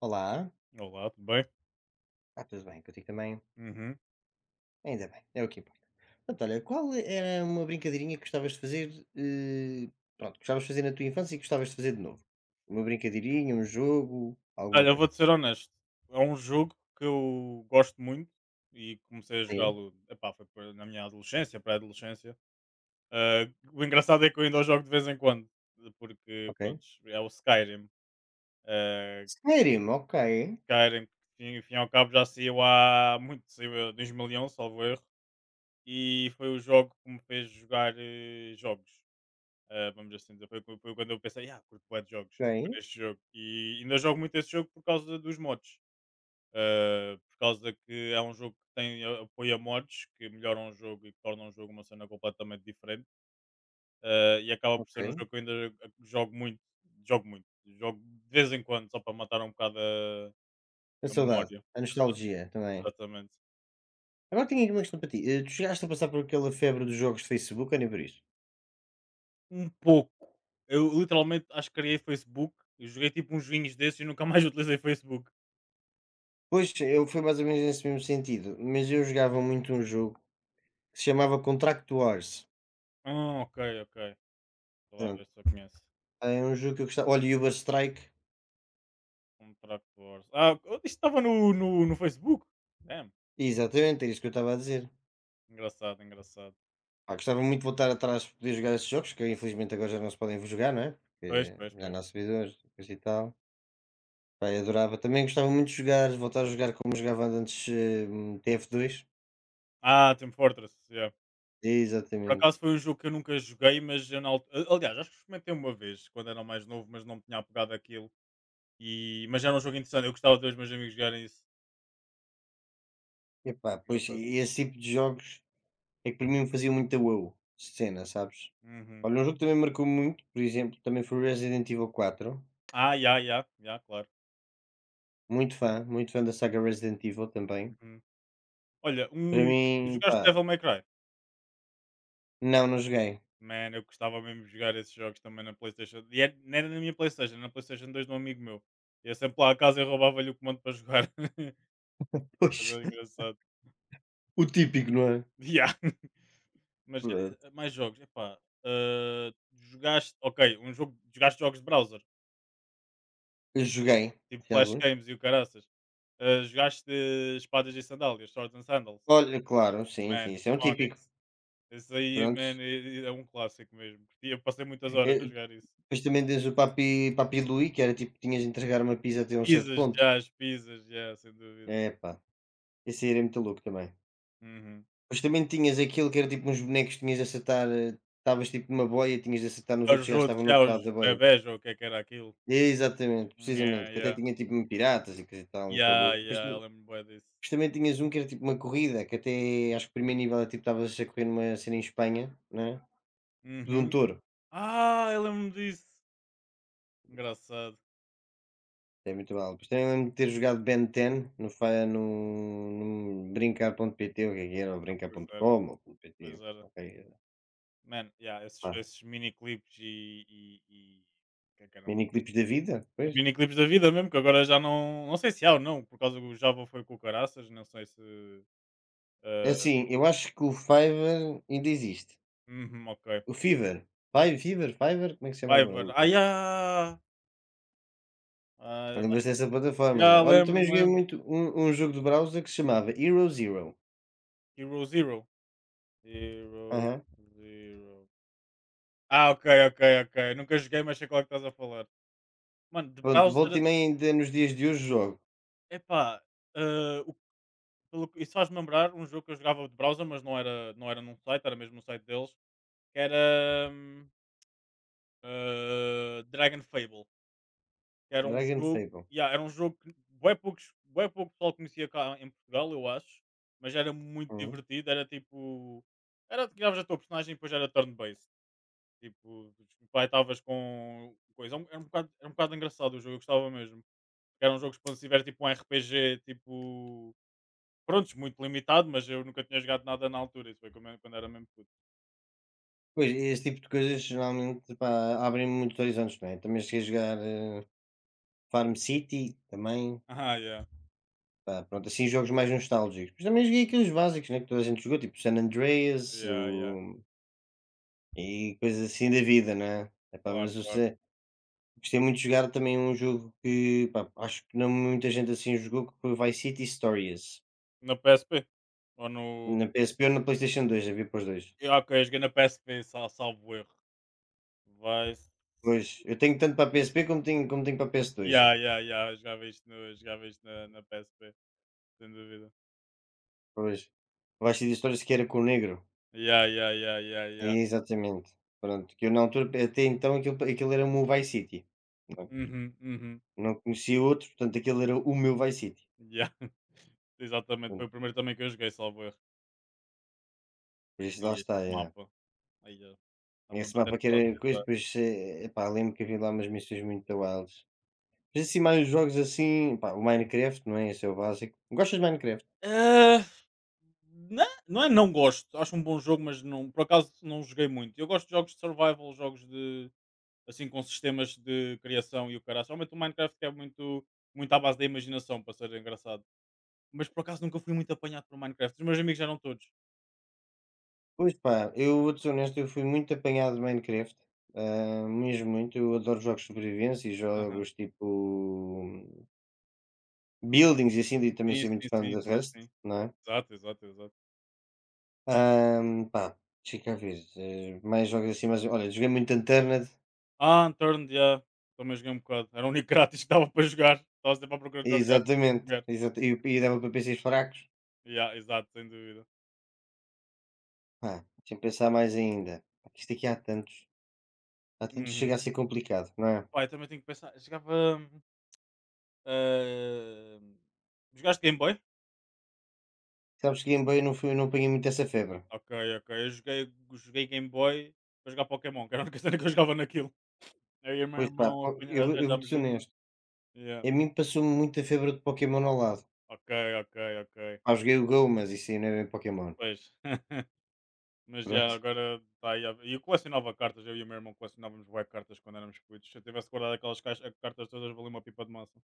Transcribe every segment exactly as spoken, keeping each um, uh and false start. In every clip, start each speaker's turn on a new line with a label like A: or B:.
A: Olá,
B: Olá, tudo bem?
A: está tudo bem contigo também?
B: Uhum.
A: Ainda bem, é o que importa. Portanto, olha, qual era uma brincadeirinha que gostavas de fazer, eh, pronto, gostavas de fazer na tua infância e gostavas de fazer de novo? Uma brincadeirinha, um jogo, alguma
B: Olha, eu
A: coisa?
B: vou-te ser honesto. É um jogo que eu gosto muito e comecei a
A: Sim,
B: jogá-lo, epá, foi por- na minha adolescência, pré-adolescência. Ah, o engraçado é que eu ainda o jogo de vez em quando, porque pronto,
A: ok.
B: é o Skyrim. Ah,
A: Sério? Ok,
B: Skyrim, que enfim, enfim ao cabo já saiu há muito, saiu em dois mil e um, salvo erro, e foi o jogo que me fez jogar eh, jogos. Ah, vamos assim dizer, foi, foi quando eu pensei, ah, curto bué de jogos,
A: ok,
B: para este jogo. E ainda jogo muito esse jogo por causa dos mods. Uh, por causa que é um jogo que tem a- apoia mods que melhoram o jogo e que tornam o jogo uma cena completamente diferente. Uh, e acaba por ser um
A: ok.
B: jogo que eu ainda, eh, jogo muito, jogo muito, jogo de vez em quando, só para matar um bocado a,
A: A
B: a
A: saudade,
B: memória.
A: a
B: Exa-
A: nostalgia também.
B: Exatamente.
A: Agora tenho aqui uma questão para ti. Eh, Tu chegaste a passar por aquela febre dos jogos de Facebook ou nem por isso?
B: Um pouco. Eu literalmente acho que criei Facebook, eu joguei tipo uns vinhos desses e nunca mais utilizei Facebook.
A: Pois, eu fui mais ou menos nesse mesmo sentido, mas eu jogava muito um jogo que se chamava Contract Wars.
B: Ah, ok, ok. Estou lá ver
A: Pronto,
B: se eu conheço.
A: é um jogo que eu gostava. Olha, e o Uber Strike.
B: Contract Wars. Ah, isto estava no, no, no Facebook. É,
A: Exatamente, é isso que eu estava a dizer.
B: engraçado, engraçado.
A: Pá, gostava muito de voltar atrás para poder jogar esses jogos, que infelizmente agora já não se podem jogar, não é?
B: Pois,
A: Porque
B: pois,
A: já
B: pois.
A: não há servidores coisa e tal. Pá, eu adorava. Também gostava muito de jogar, voltar a jogar como jogava antes hum, T F dois.
B: Ah, Team Fortress, yeah. Por
A: Exatamente.
B: acaso foi um jogo que eu nunca joguei, mas eu na altura. Aliás, acho que experimentei uma vez, quando era mais novo, mas não me tinha apegado àquilo. E... Mas era um jogo interessante, eu gostava de ver os meus amigos jogarem isso.
A: Epá,
B: Muito
A: pois
B: engraçado.
A: esse tipo de jogos é que para mim me fazia muita wow cena, sabes?
B: Uhum.
A: Olha, um jogo que também marcou muito, por exemplo, também foi o Resident Evil quatro.
B: Ah, já, já, já, claro.
A: Muito fã, muito fã da saga Resident Evil também.
B: Uhum. Olha,
A: Para
B: um...
A: mim,
B: jogaste
A: pá,
B: Devil May Cry?
A: não, não joguei.
B: Man, eu gostava mesmo de jogar esses jogos também na PlayStation. E era- não era na minha PlayStation, era na PlayStation dois de um amigo meu. Eu sempre lá a casa e roubava-lhe o comando para jogar. Mas
A: Pois,
B: era engraçado.
A: o típico, não é?
B: Yeah. Mas,
A: Pronto.
B: eh, mais jogos, epá, ah, jogaste, ok, um jogo, jogaste jogos de browser,
A: Eu joguei,
B: tipo
A: sim,
B: flash
A: alguns.
B: games e o caraças. Ah, jogaste espadas e sandálias, swords and sandals.
A: Olha, claro, sim,
B: Man,
A: sim, isso é um típico,
B: Onyx. Esse aí,
A: prontos.
B: man, é, é um clássico mesmo. Curti, eu passei muitas horas
A: Eh,
B: a jogar isso.
A: depois também tens o Papi Papi Louie, que era tipo, tinhas de entregar uma pizza até um certo
B: Pisas,
A: ponto.
B: já, as pisas, já, sem dúvida.
A: É pá, esse aí era muito louco também.
B: Uhum.
A: Depois também tinhas aquilo que era tipo uns bonecos, tinhas de acertar, eh, estavas tipo numa boia, tinhas de acertar nos
B: Os
A: outros gajos que
B: outros,
A: estavam no
B: já,
A: outro
B: os
A: lado da boia.
B: bebés, ou o que é que era aquilo.
A: Exatamente,
B: Yeah,
A: precisamente, que até
B: yeah.
A: tinha tipo um piratas e coisa e tal, muito
B: Yeah,
A: louco. Depois,
B: yeah, eu
A: mas
B: lembro-me bué disso.
A: também tinhas um que era tipo uma corrida, que até acho que o primeiro nível é tipo estavas a correr numa cena em Espanha, né? Tipo de um
B: Uhum.
A: touro,
B: Ah, eu lembro-me disso. Engraçado.
A: é muito mal. Depois também lembro de ter jogado Ben dez no, fa- no, no brincar.pt, o que é que era, ou
B: Ah, pois era.
A: brincar ponto com, ou ponto .pt,
B: Pois era.
A: ok.
B: Mano, yeah, esses,
A: Pá,
B: esses miniclipes e, e, e- O que é que era mais?
A: miniclipes da vida, pois.
B: Miniclipes da vida mesmo, que agora já não. Não sei se há ou não, por causa que o Java foi com o caraças, não sei se.
A: É
B: eh,
A: assim, eu acho que o Fiverr ainda existe.
B: uhum, ok.
A: O Fiverr, Fiverr, Fiverr, Fiverr, como é que se chamava?
B: Fiverr.
A: O
B: Ah,
A: coisa?
B: yeah! Ah,
A: Lembras dessa plataforma,
B: yeah,
A: né? Olha, eu também
B: lembro-me,
A: joguei
B: lembro.
A: muito um, um jogo de browser que se chamava Hero Zero.
B: Hero Zero. Hero
A: Aham.
B: Zero. Ah, ok, ok, ok. Nunca joguei, mas sei qual é que estás a falar. Mano, de
A: Pronto, volta
B: browser.
A: e meia ainda nos dias de hoje jogo.
B: Epá, eh, pelo que isso faz-me lembrar um jogo que eu jogava de browser, mas não era, não era num site, era mesmo no site deles, que era hum, eh, Dragon Fable, que era um
A: Dragon
B: jogo,
A: Fable.
B: yeah, era um jogo que bué poucos, bué pouco pessoal conhecia cá em Portugal, eu acho, mas era muito
A: Uhum.
B: divertido, era tipo, era, criavas a tua personagem e depois era turn-based, tipo, vai, estavas com coisa, era um, é um bocado, era um bocado engraçado o jogo, eu gostava mesmo, era um jogo expansivo, era tipo um R P G, tipo prontos, muito limitado, mas eu nunca tinha jogado nada na altura, isso foi como eu quando era mesmo puto.
A: Pois, esse tipo de coisas geralmente pá, abrem-me muitos horizontes, não é? Também cheguei a jogar eh, Farm City, também,
B: Ah, yeah,
A: pá, pronto, assim jogos mais nostálgicos. Mas também joguei aqueles básicos, né, que toda a gente jogou, tipo San Andreas
B: yeah, yeah,
A: o... e coisas assim da vida, não é? Epá,
B: claro,
A: mas eu
B: claro.
A: sei, gostei muito de jogar também um jogo que pá, acho que não muita gente assim jogou, que foi o Vice City Stories,
B: Na P S P? Ou no
A: na P S P ou na PlayStation dois, havia para os dois.
B: Ah, ok, eu joguei na P S P, sa salvo erro. Vai
A: Pois, eu tenho tanto para P S P como tenho como tenho para P S dois.
B: Yeah, yeah, yeah, eu jogava isto no eu jogava isto na na P S P, sem dúvida.
A: Pois. Vais ser histórias que era com o negro.
B: Yeah, yeah, yeah, yeah,
A: É,
B: yeah.
A: exatamente. Pronto, que eu na altura até então aquilo aquilo era o meu Vice City. Não
B: Uhum, uhum,
A: não conhecia outro, portanto aquele era o meu Vice City.
B: yeah. Exatamente, foi o
A: Portanto,
B: primeiro também que eu joguei, salvo erro.
A: por isso lá
B: Ai, este
A: está, é.
B: mapa, aí eh, está-me a
A: Esse
B: bater
A: mapa que
B: nostalgia
A: era coisa,
B: agora.
A: depois, eh, epá, lembro que havia lá umas missões muito wilds. Mas assim mais jogos assim, pá, o Minecraft, não é? Esse é o básico. Gostas de Minecraft?
B: Ah! Não, não é não gosto, acho um bom jogo, mas não, por acaso não joguei muito. Eu gosto de jogos de survival, jogos de assim com sistemas de criação e o caralho. Somente o Minecraft que é muito, muito à base da imaginação para ser engraçado. Mas por acaso nunca fui muito apanhado por Minecraft. Os meus amigos já eram todos.
A: Pois pá, eu vou ser honesto, eu fui muito apanhado de Minecraft, ah, mesmo muito. Eu adoro jogos de sobrevivência e
B: Aham.
A: jogos tipo hum, buildings e assim, e também
B: Sim,
A: sou
B: sim,
A: muito fã
B: sim,
A: de
B: sim,
A: Rust,
B: sim.
A: não é?
B: Exato, exato, exato.
A: Ahm, pá, fica a ver, eh, mais jogos assim, mas olha, joguei muito Unturned,
B: Ah, Unturned, yeah. Também joguei um bocado. Era o único grátis que dava para jogar. Estava sempre à procura de jogos grátis para
A: exatamente,
B: jogar.
A: exata- e, e dava para P Cs fracos,
B: Yeah, exato, sem dúvida.
A: pá, deixa eu pensar mais ainda. Pá, que isto aqui há tantos, há tantos, que
B: Uhum.
A: chega a ser complicado, não é?
B: Pá, eu também tenho que pensar. Jogava. Ahm, Jogaste Game Boy?
A: Sabes que Game Boy eu não, fui, eu não apanhei muito essa febre.
B: Ok, ok. Eu joguei, joguei Game Boy para jogar Pokémon, que era a única cena que eu jogava naquilo. Eu e o meu
A: Pois pá,
B: irmão
A: pá,
B: apanha-
A: eu, vou- eu vou-te
B: arranjámos
A: ser
B: uma.
A: honesto.
B: Yeah.
A: A mim passou-me muito a febre de Pokémon ao lado.
B: Ok, ok, ok.
A: Ah, joguei o Go, mas isso aí não é bem Pokémon.
B: Pois. Mas já,
A: Pronto.
B: agora está aí. a- E eu colecionava cartas, eu e o meu irmão colecionávamos web cartas quando éramos putos. Se eu tivesse guardado aquelas caixas, cartas todas, valia uma pipa de maçã.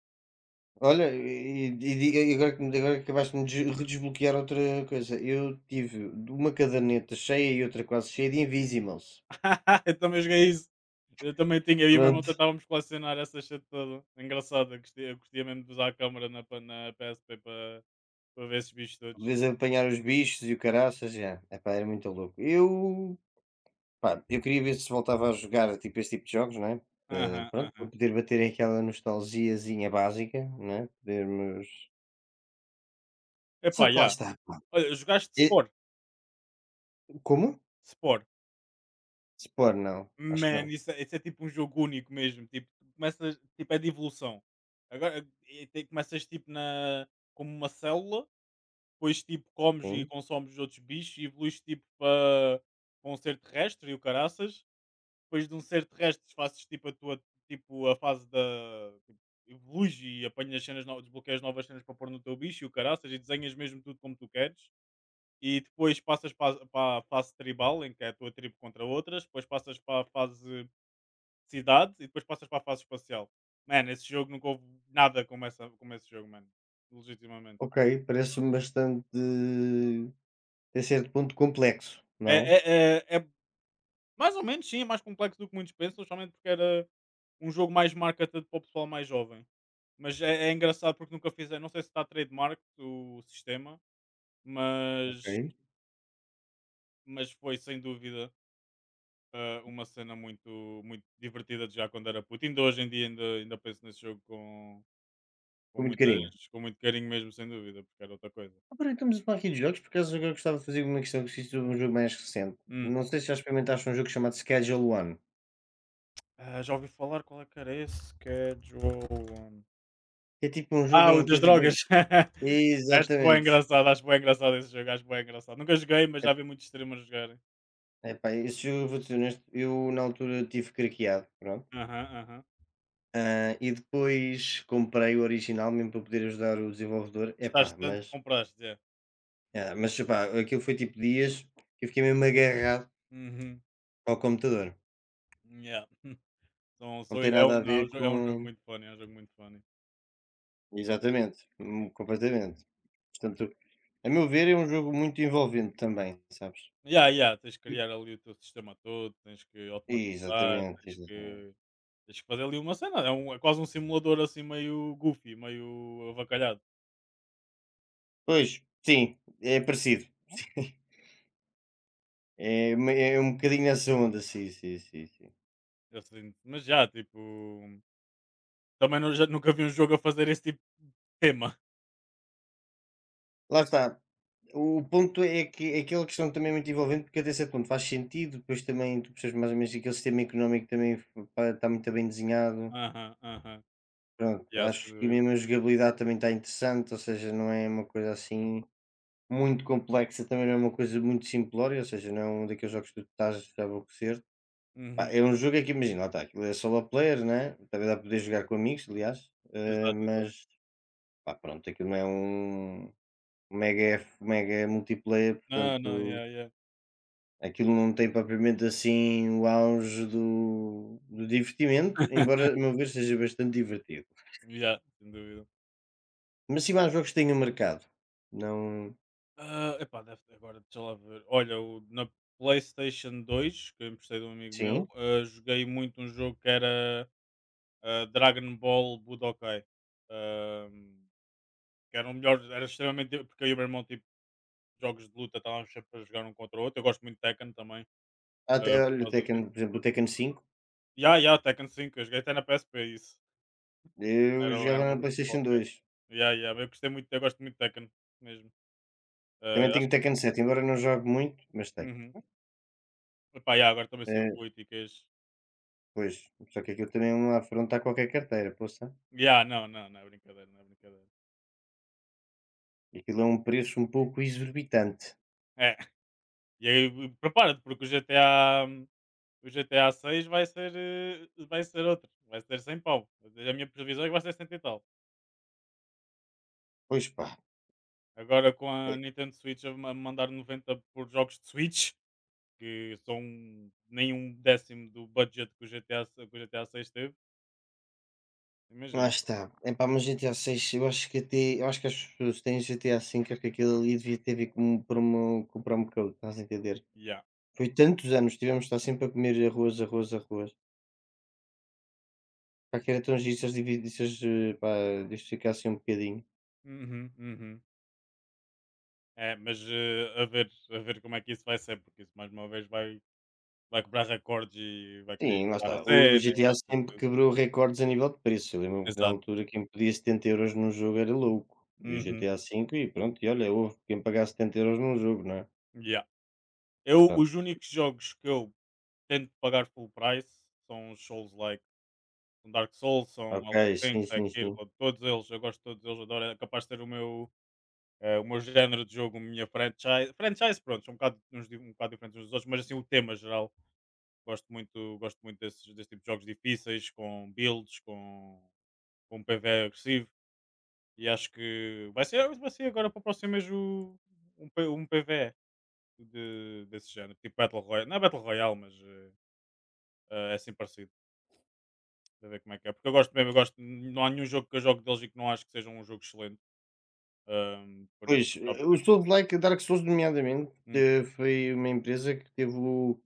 A: Olha, e, e di- e agora, que me- agora acabaste de me des- redesbloquear outra coisa. Eu tive uma caderneta cheia e outra quase cheia de Invisimals.
B: Eu também joguei isso. Eu também tinha, eu e o meu irmão
A: Pronto.
B: tentávamos colecionar essa shit toda. Engraçado, eu gostia, eu gostia mesmo de usar a câmera na, pa- na P S P para para ver esses bichos
A: De
B: todos.
A: vez a apanhar os bichos e o caraças, já. Epá, era muito louco. Eu, pá, eu queria ver se voltava a jogar tipo esse tipo de jogos, não é? Eh,
B: Aham,
A: pronto, para
B: aham.
A: poder bater aquela nostalgiazinha básica, não é? Podermos... Só
B: Epá,
A: que lá
B: já.
A: está, pá.
B: Olha, jogaste
A: E-
B: Spore.
A: como?
B: Spore.
A: Sport não, acho que
B: Man,
A: não.
B: isso, é isso é tipo um jogo único mesmo. Tipo, tu começas, tipo, é de evolução. Agora, e te- começas tipo na, como uma célula, depois tipo comes e
A: Sim.
B: consomes os outros bichos e evoluís tipo para para um ser terrestre e o caraças. Depois de um ser terrestre fazes tipo a tua tipo a fase da tipo, evoluís e apanhas cenas novas, desbloqueias novas cenas para pôr no teu bicho e o caraças e desenhas mesmo tudo como tu queres e depois passas para, para a fase tribal em que é a tua tribo contra outras, depois passas para a fase cidade e depois passas para a fase espacial. Mano, esse jogo nunca houve nada como, essa, como esse jogo, mano. Legitimamente.
A: Ok, parece-me bastante a certo ponto complexo,
B: É,
A: não?
B: é, é, é Mais ou menos sim, é mais complexo do que muitos pensam, somente porque era um jogo mais marketed para o pessoal mais jovem. Mas é, é engraçado porque nunca fizeram, não sei se está trademark o sistema, mas,
A: Ok.
B: mas foi sem dúvida, eh, uma cena muito, muito divertida de já quando era puto. Ainda hoje em dia ainda, ainda penso nesse jogo com, com,
A: Com muito
B: muitas,
A: carinho.
B: com muito carinho mesmo, sem dúvida, porque era outra coisa.
A: Agora estamos a falar aqui de jogos, por acaso agora gostava de fazer uma questão que existe sobre um jogo mais recente.
B: Hum.
A: Não sei se já experimentaste um jogo chamado Schedule One,
B: Ah, já ouvi falar, qual é que era esse? Schedule.
A: que é tipo um jogo
B: Ah, o
A: em que
B: das
A: é tipo.
B: drogas. Acho bué
A: Exatamente.
B: engraçado, acho bué engraçado esse jogo, acho bué engraçado. Nunca joguei, mas já vi muitos streamers jogarem.
A: É, epá, esse jogo eu vou dizer honesto, eu na altura tive craqueado, pronto.
B: Aham, aham.
A: Ah, e depois comprei o original mesmo para poder ajudar o desenvolvedor.
B: Gostaste
A: Epá,
B: tanto que
A: mas
B: compraste, é.
A: é, mas epá, aquilo foi tipo dias que eu fiquei mesmo agarrado
B: Uhum.
A: ao computador.
B: Yeah. São,
A: Não
B: são,
A: tem
B: é,
A: nada
B: um,
A: a
B: não, é um
A: ver
B: jo- é um jogo
A: com.
B: muito funny, é um jogo muito funny.
A: Exatamente, hum, completamente. Portanto, a meu ver, é um jogo muito envolvente também, sabes?
B: Yeah, yeah, tens que
A: E-
B: criar ali o teu sistema todo, tens que automatizar,
A: Exatamente,
B: tens
A: exatamente.
B: que, tens que fazer ali uma cena. É, um, é quase um simulador assim meio goofy, meio avacalhado.
A: Pois, sim, é parecido. É, uma- é um bocadinho nessa onda, sim, sim, sim, sim.
B: Assim. Mas já, tipo, também não- já, nunca vi um jogo a fazer esse tipo de tema.
A: Lá está. O ponto é que é aquela questão também muito envolvente, porque até certo ponto faz sentido, depois também tu percebes mais ou menos que aquele sistema económico também está muito bem desenhado.
B: Aham, aham.
A: Pronto,
B: Yeah, sem
A: acho que
B: dúvida.
A: mesmo a jogabilidade também está interessante, ou seja, não é uma coisa assim muito complexa, também não é uma coisa muito simplória, ou seja, não é um daqueles jogos que tu estás a aborrecer. Pá,
B: Uhum.
A: é um jogo é que imagina, lá está, aquilo é solo player, né? Também dá para poder jogar com amigos, aliás, eh,
B: Exato, exato.
A: mas pá, pronto, aquilo não é um mega, F- mega multiplayer,
B: Não, não,
A: portanto,
B: yeah, yeah.
A: aquilo não tem propriamente assim o auge do, do divertimento, embora, a meu ver, seja bastante divertido.
B: Yeah, sem dúvida.
A: Mas sim, há jogos que tenham mercado, não.
B: Ah, epá, deve ter agora, deixa lá ver. Olha, o, na PlayStation dois, que eu emprestei de um amigo meu,
A: Sim,
B: ah, joguei muito um jogo que era, ah, Dragon Ball Budokai. Ahm, que era o melhor, era extremamente. Porque eu e o meu irmão, tipo, jogos de luta, estávamos sempre a jogar um contra o outro. Eu gosto muito de Tekken também, ah,
A: até olha,
B: por
A: o
B: causa disso.
A: Tekken, por exemplo, o Tekken cinco
B: Yeah, yeah, ya, Tekken cinco eu joguei até na P S P, isso.
A: eu
B: Era, era
A: jogava
B: uma
A: na
B: versão
A: PlayStation
B: qualquer.
A: dois
B: Yeah, yeah, eu gostei muito, eu gosto muito de Tekken mesmo. Eh,
A: Também tenho o
B: acho que
A: Tekken sete embora não jogue muito, mas tenho.
B: uhum. Epá, yeah, agora também saiu o
A: Eh,
B: oito e queijo.
A: pois, só que aquilo também é uma afronta a qualquer carteira, poça.
B: Yeah, não, não, não é brincadeira, não é brincadeira.
A: Aquilo é um preço um pouco exorbitante.
B: É, e aí prepara-te, porque o G T A, o G T A seis vai ser, eh, vai ser outro, vai ser sem pau. A minha previsão é que vai ser cem e tal.
A: Pois pá,
B: Agora com a
A: é,
B: Nintendo Switch a ma- mandar noventa por jogos de Switch, que são nem um décimo do budget que o G T A, se- que o G T A seis teve,
A: lá
B: imagina.
A: está. É pá, mas GTA seis eu acho que até, eu acho que as pessoas que têm GTA cinco acho que aquilo ali devia ter vindo como por uma, comprar um bocado, estás a entender?
B: Yeah.
A: Foi tantos anos, tivemos de estar sempre a comer arroz, arroz, arroz. Pá, que era tão giro se eles dividissem, pá, diversificassem um bocadinho.
B: Uhum, uhum. É, mas eh, a ver, a ver como é que isso vai ser, porque isso mais uma vez vai, vai quebrar recordes e vai querer
A: Sim, lá
B: inovar a
A: está. O o
B: cena e
A: G T A
B: vai ter
A: sempre
B: tudo.
A: quebrou recordes a nível de preço. Eu lembro-me que na
B: Exato.
A: altura quem pedia setenta€ num jogo era louco. E o
B: Uhum.
A: G T A V e pronto, e olha, houve quem pagasse setenta euros num jogo, não é?
B: Yeah. Eu,
A: Pronto.
B: os únicos jogos que eu tento pagar full price são os Souls like, são Dark Souls, são
A: Ok,
B: Elden Ring,
A: sim, sim,
B: Sekiro,
A: sim.
B: todos eles, eu gosto de todos eles, adoro, é capaz de ser o meu, eh, o meu género de jogo, a minha franchise. Franchise, pronto, são um bocado, uns, di- um bocado diferentes uns dos outros, mas assim o tema geral. Gosto muito, gosto muito desses, desse tipo de jogos difíceis, com builds, com com um P V agressivo e acho que vai ser, vai ser agora para o próximo mês o- um, P- um P V de, desse género, tipo Battle Royale, não é Battle Royale, mas eh, eh, é assim parecido, para ver como é que é, porque eu gosto mesmo, eu gosto, não há nenhum jogo que eu jogo deles e que não acho que seja um jogo excelente, ahm, por isso
A: Pois,
B: acabo
A: eh, o
B: sempre.
A: Souls-like, Dark Souls nomeadamente,
B: Hum,
A: eh, foi uma empresa que teve o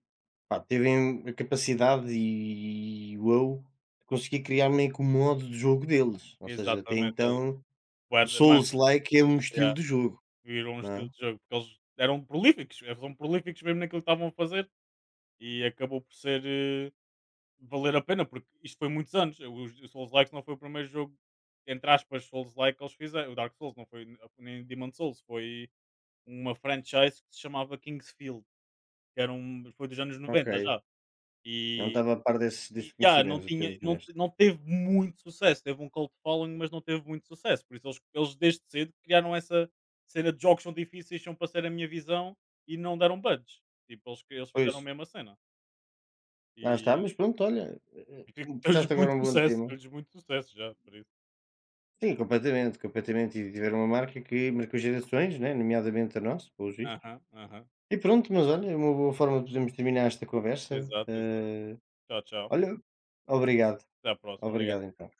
A: pá, teve em- a capacidade e o wow, de conseguir criar meio que o modo de jogo deles. Ou seja, até
B: exatamente, eles,
A: então,
B: bué
A: o
B: de- mano,
A: Souls-like é um estilo
B: yeah,
A: de jogo,
B: viram um
A: não é?
B: estilo de jogo, porque eles eram prolíficos, eles são prolíficos mesmo naquilo que estavam a fazer e acabou por ser, eh, valer a pena, porque isto foi muitos anos. Os- O Souls Likes não foi o primeiro jogo, entre aspas, Souls Like que eles fizeram. O Dark Souls não foi n- nem Demon Souls, foi uma franchise que se chamava Kingsfield, que era um, foi dos anos noventa
A: Ok.
B: já.
A: Não
B: E,
A: estava a par desse
B: e
A: desse
B: já, não,
A: conhecimento, devo
B: tinha,
A: ser
B: não, te-
A: honesto.
B: Não teve muito sucesso. Teve um cult following, mas não teve muito sucesso. Por isso eles, eles desde cedo criaram essa cena de jogos são difíceis, são para ser a minha visão e não deram buds. Tipo, eles, eles
A: Pois,
B: fizeram a mesma cena.
A: lá está, mas pronto, olha,
B: Dou-lhes
A: eh eh, puxaste agora
B: muito
A: um bom
B: sucesso,
A: tema.
B: dou-lhes muito sucesso já por isso.
A: Sim, completamente, completamente. E tiver uma marca que marcou gerações, né, nomeadamente a nossa, pelos vistos.
B: Aham, aham.
A: E pronto, mas olha, é uma boa forma de podermos terminar esta conversa.
B: Exato, exato.
A: Eh,
B: Tchau, tchau.
A: olha, obrigado,
B: Até à próxima.
A: obrigado
B: Obrigado.
A: então.